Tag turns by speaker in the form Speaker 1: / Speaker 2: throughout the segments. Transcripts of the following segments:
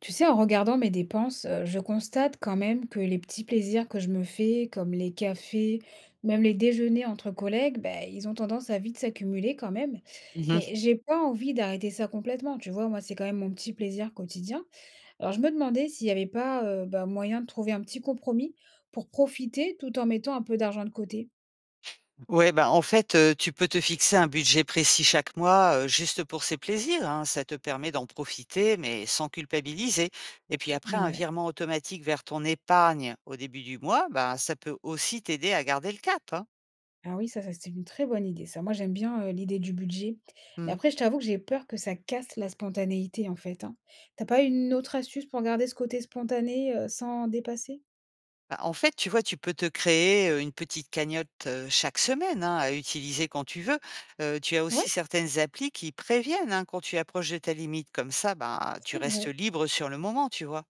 Speaker 1: Tu sais, en regardant mes dépenses, je constate quand même que les petits plaisirs que je me fais, comme les cafés, même les déjeuners entre collègues, ben, ils ont tendance à vite s'accumuler quand même.
Speaker 2: Mmh.
Speaker 1: Mais j'ai pas envie d'arrêter ça complètement. Tu vois, moi, c'est quand même mon petit plaisir quotidien. Alors, je me demandais s'il n'y avait pas ben, moyen de trouver un petit compromis pour profiter tout en mettant un peu d'argent de côté.
Speaker 2: Ouais, bah, en fait, tu peux te fixer un budget précis chaque mois, juste pour ces plaisirs, hein. Ça te permet d'en profiter, mais sans culpabiliser. Et puis après, un
Speaker 1: Ouais.
Speaker 2: virement automatique vers ton épargne au début du mois, bah, ça peut aussi t'aider à garder le cap, hein.
Speaker 1: Ah oui, ça c'est une très bonne idée, ça. Moi, j'aime bien l'idée du budget. Mais
Speaker 2: Mmh.
Speaker 1: après, je t'avoue que j'ai peur que ça casse la spontanéité, en fait, hein. T'as pas une autre astuce pour garder ce côté spontané sans dépasser?
Speaker 2: Bah, en fait, tu vois, tu peux te créer, une petite cagnotte, chaque semaine, hein, à utiliser quand tu veux. Tu as aussi
Speaker 1: Ouais,
Speaker 2: certaines applis qui préviennent, hein, quand tu approches de ta limite. Comme ça, bah, tu
Speaker 1: c'est
Speaker 2: restes
Speaker 1: vrai.
Speaker 2: libre sur le moment, tu vois?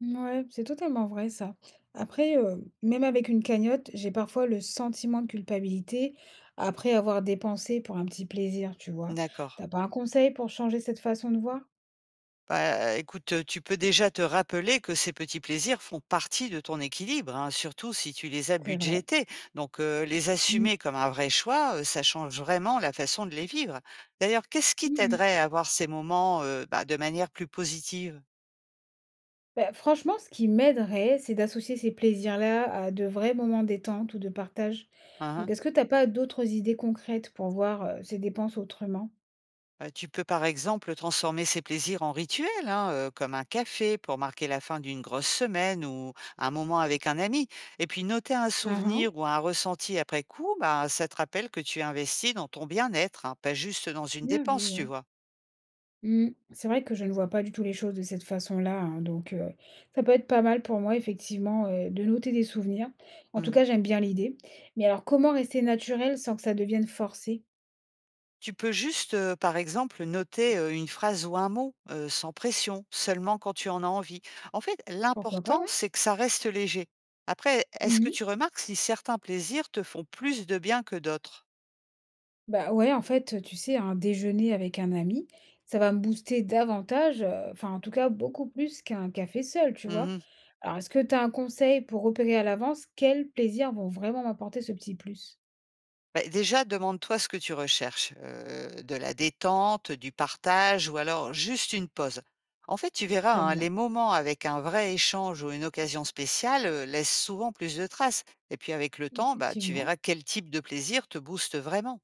Speaker 1: Ouais, c'est totalement vrai, ça. Après, même avec une cagnotte, j'ai parfois le sentiment de culpabilité après avoir dépensé pour un petit plaisir, tu vois.
Speaker 2: D'accord.
Speaker 1: T'as pas un conseil pour changer cette façon de voir?
Speaker 2: Bah, écoute, tu peux déjà te rappeler que ces petits plaisirs font partie de ton équilibre, hein, surtout si tu les as
Speaker 1: C'est vrai.
Speaker 2: budgétés. Donc, les
Speaker 1: Mm.
Speaker 2: assumer comme un vrai choix, ça change vraiment la façon de les vivre. D'ailleurs, qu'est-ce qui
Speaker 1: Mm, mm.
Speaker 2: t'aiderait à voir ces moments, bah, de manière plus positive?
Speaker 1: Bah, franchement, ce qui m'aiderait, c'est d'associer ces plaisirs-là à de vrais moments détente ou de partage.
Speaker 2: Hein,
Speaker 1: Donc,
Speaker 2: hein.
Speaker 1: est-ce que t'as pas d'autres idées concrètes pour voir ces dépenses autrement?
Speaker 2: Tu peux par exemple transformer ces plaisirs en rituels, hein, comme un café pour marquer la fin d'une grosse semaine ou un moment avec un ami. Et puis noter un
Speaker 1: Ah
Speaker 2: souvenir
Speaker 1: ah.
Speaker 2: ou un ressenti après coup, bah, ça te rappelle que tu investis dans ton bien-être, hein, pas juste dans une
Speaker 1: Bien vu,
Speaker 2: dépense, tu
Speaker 1: ouais.
Speaker 2: vois?
Speaker 1: Mm. C'est vrai que je ne vois pas du tout les choses de cette façon-là, hein, donc ça peut être pas mal pour moi, effectivement, de noter des souvenirs. En tout
Speaker 2: Mmh.
Speaker 1: cas, j'aime bien l'idée. Mais alors, comment rester naturel sans que ça devienne forcé?
Speaker 2: Tu peux juste, par exemple, noter, une phrase ou un mot, sans pression, seulement quand tu en as envie. En fait,
Speaker 1: Pourquoi pas,
Speaker 2: l'important, c'est que ça reste léger. Après, est-ce que
Speaker 1: ouais.
Speaker 2: tu remarques si certains plaisirs te font plus de bien que d'autres?
Speaker 1: Bah, ouais, en fait, tu sais, un déjeuner avec un ami, ça va me booster davantage, enfin, en tout cas, beaucoup plus qu'un café seul, tu vois?
Speaker 2: Mmh.
Speaker 1: Alors, est-ce que tu as un conseil pour repérer à l'avance quels plaisirs vont vraiment m'apporter ce petit plus?
Speaker 2: Bah, déjà, demande-toi ce que tu recherches, de la détente, du partage ou alors juste une pause. En fait, tu verras,
Speaker 1: Très
Speaker 2: hein, les
Speaker 1: bien,
Speaker 2: moments avec un vrai échange ou une occasion spéciale, laissent souvent plus de traces et puis avec le temps, bah, tu
Speaker 1: effectivement.
Speaker 2: verras quel type de plaisir te booste vraiment.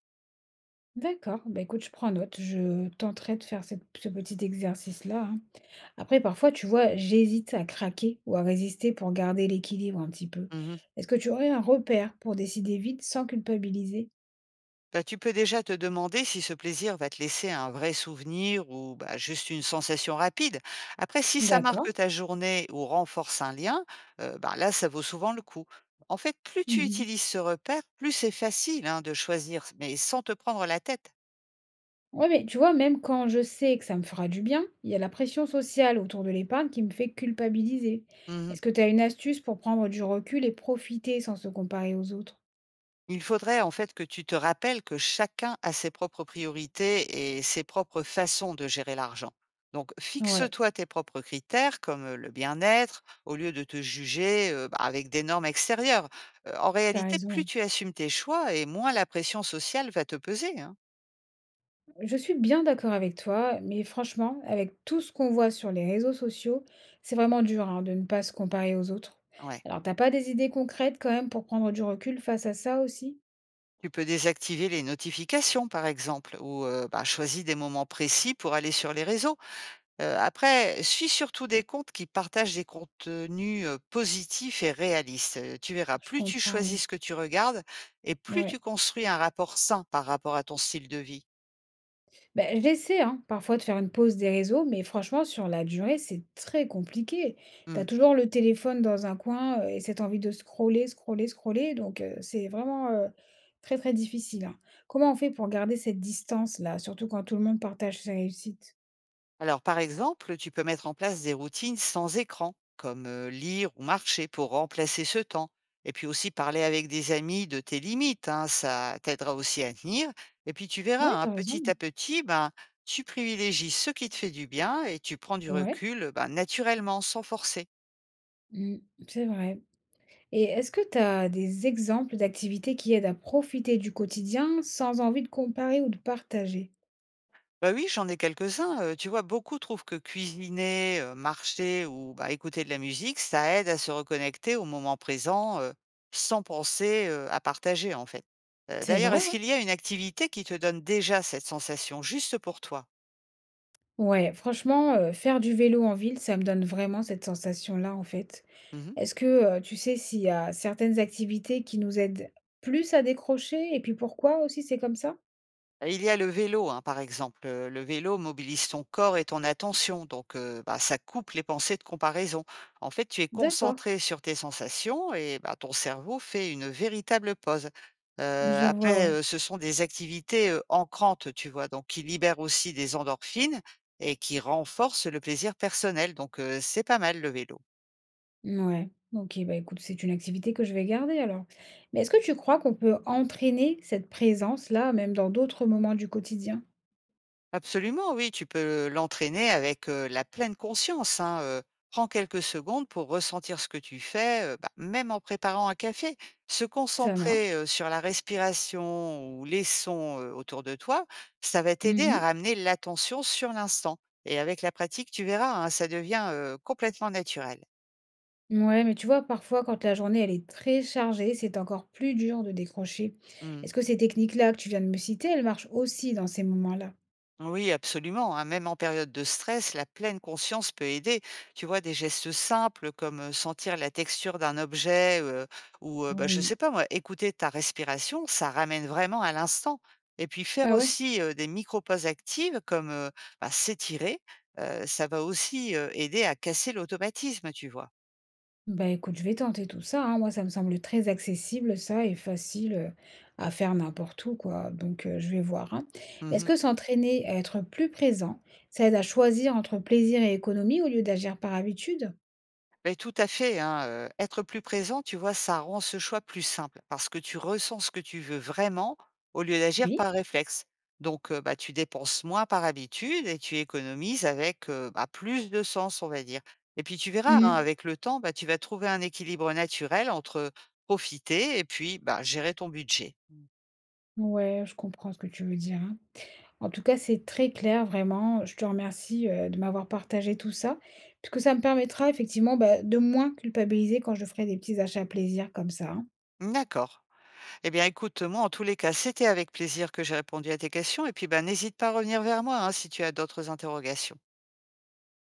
Speaker 1: D'accord, bah, écoute, je prends note, je tenterai de faire cette ce petit exercice-là, hein. Après, parfois, tu vois, j'hésite à craquer ou à résister pour garder l'équilibre un petit peu.
Speaker 2: Mmh.
Speaker 1: Est-ce que tu aurais un repère pour décider vite sans culpabiliser?
Speaker 2: Bah, tu peux déjà te demander si ce plaisir va te laisser un vrai souvenir ou bah, juste une sensation rapide. Après, si ça marque
Speaker 1: D'accord.
Speaker 2: ta journée ou renforce un lien, bah, là, ça vaut souvent le coup. En fait, plus tu
Speaker 1: Mmh.
Speaker 2: utilises ce repère, plus c'est facile hein, de choisir, mais sans te prendre la tête.
Speaker 1: Ouais, mais tu vois, même quand je sais que ça me fera du bien, il y a la pression sociale autour de l'épargne qui me fait culpabiliser.
Speaker 2: Mhm.
Speaker 1: Est-ce que tu as une astuce pour prendre du recul et profiter sans se comparer aux autres?
Speaker 2: Il faudrait en fait que tu te rappelles que chacun a ses propres priorités et ses propres façons de gérer l'argent. Donc
Speaker 1: Ouais,
Speaker 2: fixe-toi tes propres critères comme le bien-être au lieu de te juger bah, avec des normes extérieures. En
Speaker 1: t'as
Speaker 2: réalité, plus
Speaker 1: raison.
Speaker 2: tu assumes tes choix et moins la pression sociale va te peser, hein.
Speaker 1: Je suis bien d'accord avec toi, mais franchement, avec tout ce qu'on voit sur les réseaux sociaux, c'est vraiment dur, hein, de ne pas se comparer aux autres.
Speaker 2: Ouais.
Speaker 1: Alors, t'as pas des idées concrètes quand même pour prendre du recul face à ça aussi?
Speaker 2: Tu peux désactiver les notifications par exemple ou bah, choisis des moments précis pour aller sur les réseaux. Après, suis surtout des comptes qui partagent des contenus, positifs et réalistes. Tu verras,
Speaker 1: Je
Speaker 2: plus tu
Speaker 1: comprends, ouais.
Speaker 2: choisis ce que tu regardes et plus tu
Speaker 1: Ouais.
Speaker 2: construis un rapport sain par rapport à ton style de vie.
Speaker 1: Ben, j'essaie hein, parfois de faire une pause des réseaux, mais franchement, sur la durée, c'est très compliqué. T'as
Speaker 2: Mmh.
Speaker 1: toujours le téléphone dans un coin et cette envie de scroller, scroller, scroller. Donc, c'est vraiment, très, très difficile. Hein. Comment on fait pour garder cette distance-là, surtout quand tout le monde partage ses réussites?
Speaker 2: Alors, par exemple, tu peux mettre en place des routines sans écran, comme lire ou marcher pour remplacer ce temps. Et puis aussi parler avec des amis de tes limites, hein, ça t'aidera aussi à tenir. Et puis tu
Speaker 1: Ouais,
Speaker 2: verras, hein,
Speaker 1: t'as raison.
Speaker 2: petit à petit, ben, tu privilégies ce qui te fait du bien et tu prends du
Speaker 1: Ouais,
Speaker 2: recul ben, naturellement, sans forcer.
Speaker 1: mm, c'est vrai. Et est-ce que t'as des exemples d'activités qui aident à profiter du quotidien sans envie de comparer ou de partager?
Speaker 2: Bah oui, j'en ai quelques-uns, tu vois? Beaucoup trouvent que cuisiner, marcher ou, bah, écouter de la musique, ça aide à se reconnecter au moment présent, sans penser, à partager, en fait.
Speaker 1: C'est
Speaker 2: D'ailleurs,
Speaker 1: vrai,
Speaker 2: est-ce qu'il y a une activité qui te donne déjà cette sensation, juste pour toi?
Speaker 1: ouais, franchement, faire du vélo en ville, ça me donne vraiment cette sensation-là, en fait.
Speaker 2: Mmh.
Speaker 1: Est-ce que, tu sais s'il y a certaines activités qui nous aident plus à décrocher et puis pourquoi aussi c'est comme ça?
Speaker 2: Il y a le vélo, hein, par exemple, le vélo mobilise ton corps et ton attention, donc bah, ça coupe les pensées de comparaison. En fait, tu es
Speaker 1: D'accord,
Speaker 2: concentré sur tes sensations et bah, ton cerveau fait une véritable pause.
Speaker 1: je vois,
Speaker 2: Après,
Speaker 1: ouais.
Speaker 2: ce sont des activités, ancrantes, tu vois? Donc qui libèrent aussi des endorphines et qui renforcent le plaisir personnel, donc c'est pas mal le vélo.
Speaker 1: Ouais. OK, bah, écoute, c'est une activité que je vais garder alors. Mais est-ce que tu crois qu'on peut entraîner cette présence-là, même dans d'autres moments du quotidien?
Speaker 2: Absolument, oui, tu peux l'entraîner avec la pleine conscience, hein, Prends quelques secondes pour ressentir ce que tu fais, bah, même en préparant un café. Se
Speaker 1: Ça marche.
Speaker 2: concentrer, sur la respiration ou les sons, autour de toi, ça va t'aider à
Speaker 1: Mmh.
Speaker 2: ramener l'attention sur l'instant et avec la pratique, tu verras, hein, ça devient, complètement naturel.
Speaker 1: Ouais, mais tu vois, parfois, quand la journée, elle est très chargée, c'est encore plus dur de décrocher.
Speaker 2: Mmh.
Speaker 1: Est-ce que ces techniques-là que tu viens de me citer, elles marchent aussi dans ces moments-là?
Speaker 2: Oui, absolument, hein. Même en période de stress, la pleine conscience peut aider. Tu vois, des gestes simples comme sentir la texture d'un objet ou, bah, je sais
Speaker 1: Oui.
Speaker 2: pas moi, écouter ta respiration, ça ramène vraiment à l'instant. Et puis faire
Speaker 1: Ah ouais?
Speaker 2: aussi des micro-pauses actives comme bah, s'étirer, ça va aussi aider à casser l'automatisme, tu vois.
Speaker 1: Bah écoute, je vais tenter tout ça, hein. Moi, ça me semble très accessible, ça, et facile, à faire n'importe où, quoi. Donc, je vais voir, hein. Mais est-ce
Speaker 2: Mhm.
Speaker 1: que s'entraîner à être plus présent, ça aide à choisir entre plaisir et économie au lieu d'agir par habitude?
Speaker 2: Beh, tout à fait, hein, être plus présent, tu vois, ça rend ce choix plus simple parce que tu ressens ce que tu veux vraiment au lieu d'agir
Speaker 1: Oui.
Speaker 2: par réflexe. Donc bah, tu dépenses moins par habitude et tu économises avec, bah, plus de sens, on va dire. Et puis tu verras, hein, Mmh.
Speaker 1: Mhm.
Speaker 2: avec le temps, bah, tu vas trouver un équilibre naturel entre profiter et puis, bah, gérer ton budget.
Speaker 1: Ouais, je comprends ce que tu veux dire, hein. En tout cas, c'est très clair, vraiment. Je te remercie, de m'avoir partagé tout ça, puisque ça me permettra effectivement, bah, de moins culpabiliser quand je ferai des petits achats plaisir comme ça, hein.
Speaker 2: D'accord. Eh bien, écoute, moi, en tous les cas, c'était avec plaisir que j'ai répondu à tes questions et puis, bah, n'hésite pas à revenir vers moi, hein, si tu as d'autres interrogations.